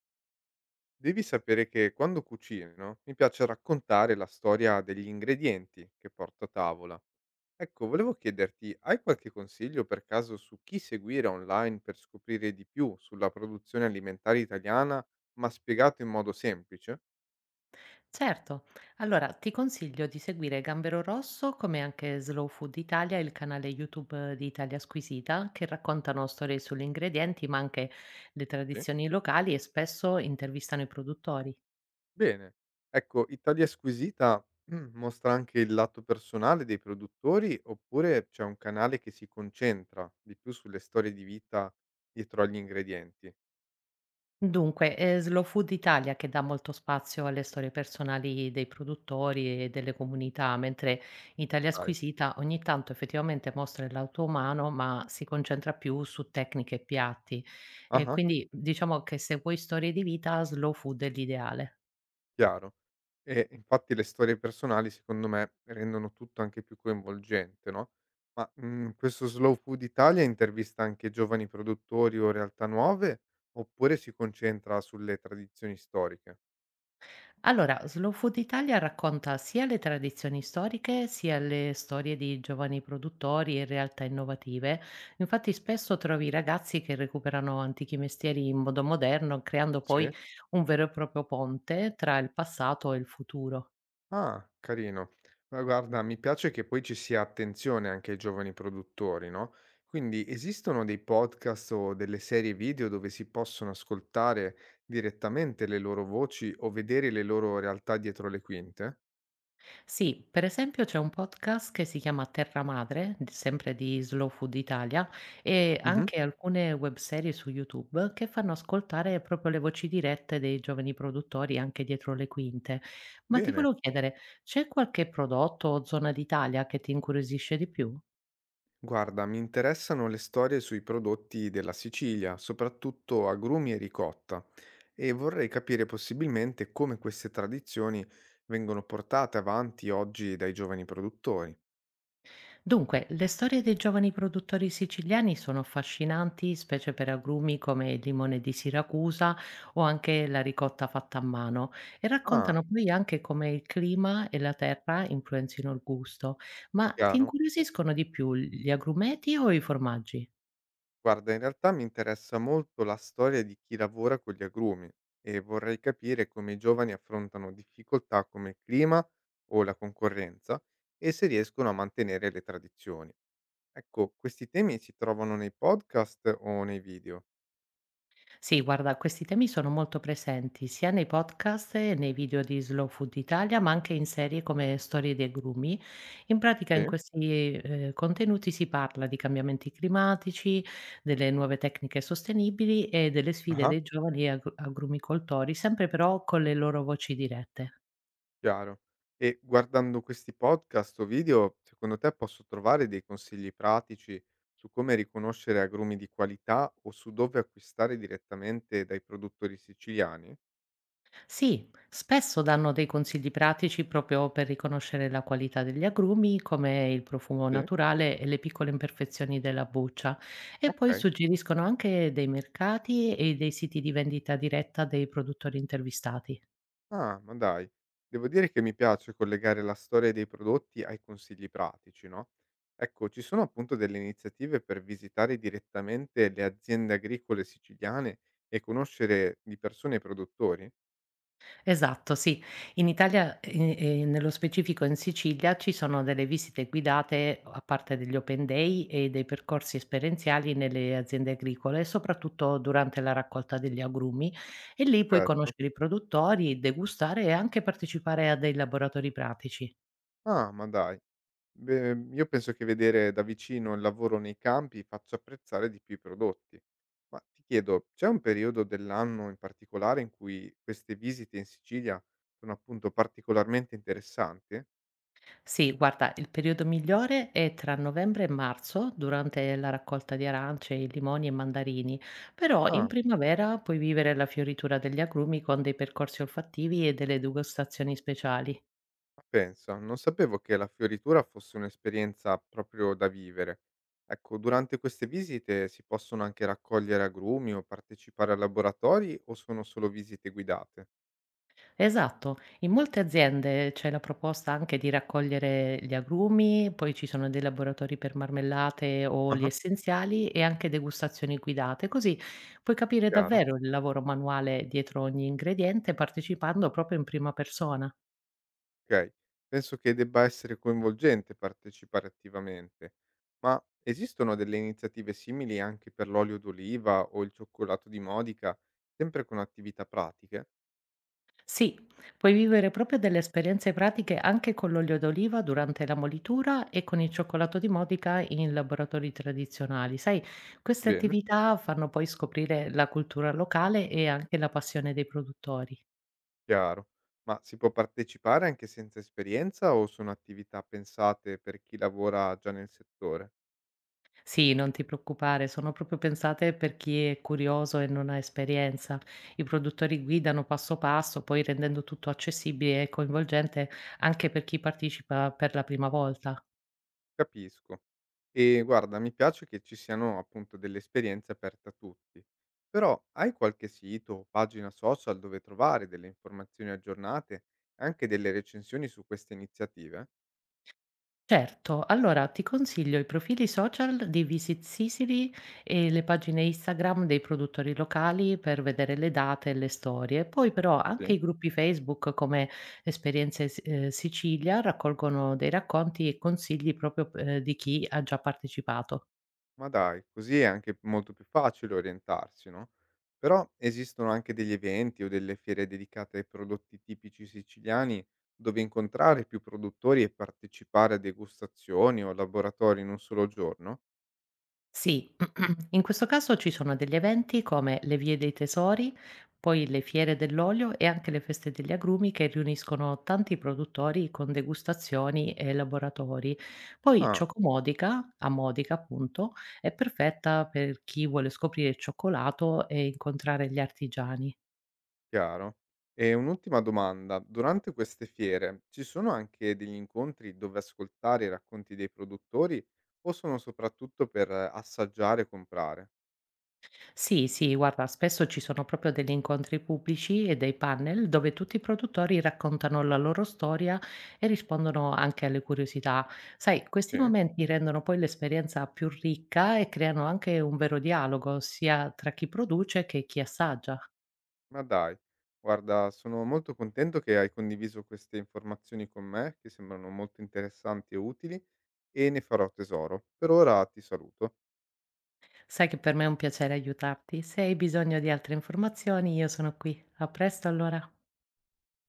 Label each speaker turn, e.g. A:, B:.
A: Devi sapere che quando cucino mi piace raccontare la storia degli ingredienti che porto a tavola. Ecco, volevo chiederti, hai qualche consiglio per caso su chi seguire online per scoprire di più sulla produzione alimentare italiana, ma spiegato in modo semplice?
B: Certo, allora ti consiglio di seguire Gambero Rosso come anche Slow Food Italia, il canale YouTube di Italia Squisita, che raccontano storie sugli ingredienti ma anche le
A: Sì.
B: tradizioni locali e spesso intervistano i produttori.
A: Bene. Ecco, Italia Squisita mostra anche il lato personale dei produttori oppure c'è un canale che si concentra di più sulle storie di vita dietro agli ingredienti?
B: Dunque, è Slow Food Italia che dà molto spazio alle storie personali dei produttori e delle comunità, mentre Italia
A: Sai.
B: Squisita ogni tanto effettivamente mostra il lato umano, ma si concentra più su tecniche e piatti.
A: Ah
B: E
A: ah.
B: quindi diciamo che se vuoi storie di vita, Slow Food è l'ideale.
A: Chiaro. E infatti le storie personali secondo me rendono tutto anche più coinvolgente, no, questo Slow Food Italia intervista anche giovani produttori o realtà nuove, oppure si concentra sulle tradizioni storiche?
B: Allora, Slow Food Italia racconta sia le tradizioni storiche, sia le storie di giovani produttori e realtà innovative. Infatti, spesso trovi ragazzi che recuperano antichi mestieri in modo moderno, creando
A: Sì.
B: poi un vero e proprio ponte tra il passato e il futuro.
A: Ah, carino. Ma guarda, mi piace che poi ci sia attenzione anche ai giovani produttori, no, quindi esistono dei podcast o delle serie video dove si possono ascoltare direttamente le loro voci o vedere le loro realtà dietro le quinte?
B: Sì, per esempio c'è un podcast che si chiama Terra Madre, d sempre di Slow Food Italia, e
A: Mh-mh.
B: anche alcune webserie su YouTube che fanno ascoltare proprio le voci dirette dei giovani produttori anche dietro le quinte. Ma ti
A: Bene.
B: volevo chiedere, c'è qualche prodotto o zona d'Italia che ti incuriosisce di più?
A: Guarda, mi interessano le storie sui prodotti della Sicilia, soprattutto agrumi e ricotta, e vorrei capire possibilmente come queste tradizioni vengono portate avanti oggi dai giovani produttori.
B: Dunque, le storie dei giovani produttori siciliani sono affascinanti, specie per agrumi come il limone di Siracusa o anche la ricotta fatta a mano, e
A: Ah,
B: raccontano poi anche come il clima e la terra influenzino il gusto. Ma ti
A: chiaro.
B: incuriosiscono di più gli agrumeti o i formaggi?
A: Guarda, in realtà mi interessa molto la storia di chi lavora con gli agrumi e vorrei capire come i giovani affrontano difficoltà come il clima o la concorrenza e se riescono a mantenere le tradizioni. Ecco, questi temi si trovano nei podcast o nei video?
B: Sì, guarda, questi temi sono molto presenti sia nei podcast e nei video di Slow Food Italia, ma anche in serie come Storie dei grumi. In pratica, in
A: Sì.
B: questi contenuti si parla di cambiamenti climatici, delle nuove tecniche sostenibili e delle sfide
A: Ah-ah,
B: dei giovani agrumicoltori, sempre però con le loro voci dirette.
A: chiaro. E guardando questi podcast o video, secondo te posso trovare dei consigli pratici su come riconoscere agrumi di qualità o su dove acquistare direttamente dai produttori siciliani?
B: Sì, spesso danno dei consigli pratici proprio per riconoscere la qualità degli agrumi, come il profumo
A: Sì.
B: naturale e le piccole imperfezioni della buccia, e poi
A: Ok.
B: suggeriscono anche dei mercati e dei siti di vendita diretta dei produttori intervistati.
A: Ah, ma dai. Devo dire che mi piace collegare la storia dei prodotti ai consigli pratici, no? Ecco, ci sono appunto delle iniziative per visitare direttamente le aziende agricole siciliane e conoscere di persona i produttori?
B: Esatto, sì. In Italia, e nello specifico in Sicilia, ci sono delle visite guidate a parte degli open day e dei percorsi esperienziali nelle aziende agricole, soprattutto durante la raccolta degli agrumi e lì puoi
A: Certo.
B: conoscere i produttori, degustare e anche partecipare a dei laboratori pratici.
A: Ah, ma dai. Beh, io penso che vedere da vicino il lavoro nei campi faccia apprezzare di più i prodotti. Ma ti chiedo, c'è un periodo dell'anno in particolare in cui queste visite in Sicilia sono appunto particolarmente interessanti?
B: Sì, guarda, il periodo migliore è tra novembre e marzo, durante la raccolta di arance, limoni e mandarini, però
A: Ah.
B: in primavera puoi vivere la fioritura degli agrumi con dei percorsi olfattivi e delle degustazioni speciali.
A: Ma pensa, non sapevo che la fioritura fosse un'esperienza proprio da vivere. Ecco, durante queste visite si possono anche raccogliere agrumi o partecipare a laboratori o sono solo visite guidate?
B: Esatto, in molte aziende c'è la proposta anche di raccogliere gli agrumi, poi ci sono dei laboratori per marmellate o oli
A: Ah,
B: essenziali e anche degustazioni guidate, così puoi capire
A: chiaro?
B: davvero il lavoro manuale dietro ogni ingrediente partecipando proprio in prima persona.
A: Ok. Penso che debba essere coinvolgente partecipare attivamente. Ma esistono delle iniziative simili anche per l'olio d'oliva o il cioccolato di Modica, sempre con attività pratiche?
B: Sì, puoi vivere proprio delle esperienze pratiche anche con l'olio d'oliva durante la molitura e con il cioccolato di Modica in laboratori tradizionali. Sai, queste
A: Bene.
B: attività fanno poi scoprire la cultura locale e anche la passione dei produttori.
A: Chiaro. Ma si può partecipare anche senza esperienza o sono attività pensate per chi lavora già nel settore?
B: Sì, non ti preoccupare, sono proprio pensate per chi è curioso e non ha esperienza. I produttori guidano passo passo, poi rendendo tutto accessibile e coinvolgente anche per chi partecipa per la prima volta.
A: Capisco. E guarda, mi piace che ci siano appunto delle esperienze aperte a tutti. Però hai qualche sito o pagina social dove trovare delle informazioni aggiornate e anche delle recensioni su queste iniziative?
B: Certo, allora ti consiglio i profili social di Visit Sicily e le pagine Instagram dei produttori locali per vedere le date e le storie. Poi però anche
A: Sì.
B: i gruppi Facebook come Sicilia raccolgono dei racconti e consigli proprio di chi ha già partecipato.
A: Ma dai, così è anche molto più facile orientarsi, no? Però esistono anche degli eventi o delle fiere dedicate ai prodotti tipici siciliani dove incontrare più produttori e partecipare a degustazioni o laboratori in un solo giorno?
B: Sì, in questo caso ci sono degli eventi come le vie dei tesori, poi le fiere dell'olio e anche le feste degli agrumi che riuniscono tanti produttori con degustazioni e laboratori. Poi
A: Ah,
B: Ciocomodica, a Modica appunto, è perfetta per chi vuole scoprire il cioccolato e incontrare gli artigiani.
A: chiaro. E un'ultima domanda, durante queste fiere ci sono anche degli incontri dove ascoltare i racconti dei produttori o sono soprattutto per assaggiare e comprare?
B: Sì, sì, guarda, spesso ci sono proprio degli incontri pubblici e dei panel dove tutti i produttori raccontano la loro storia e rispondono anche alle curiosità. Sai, questi
A: Sì.
B: momenti rendono poi l'esperienza più ricca e creano anche un vero dialogo sia tra chi produce che chi assaggia.
A: Ma dai, guarda sono molto contento che hai condiviso queste informazioni con me, che sembrano molto interessanti e utili e ne farò tesoro. Per ora ti saluto.
B: Sai che per me è un piacere aiutarti. Se hai bisogno di altre informazioni, io sono qui. A presto allora.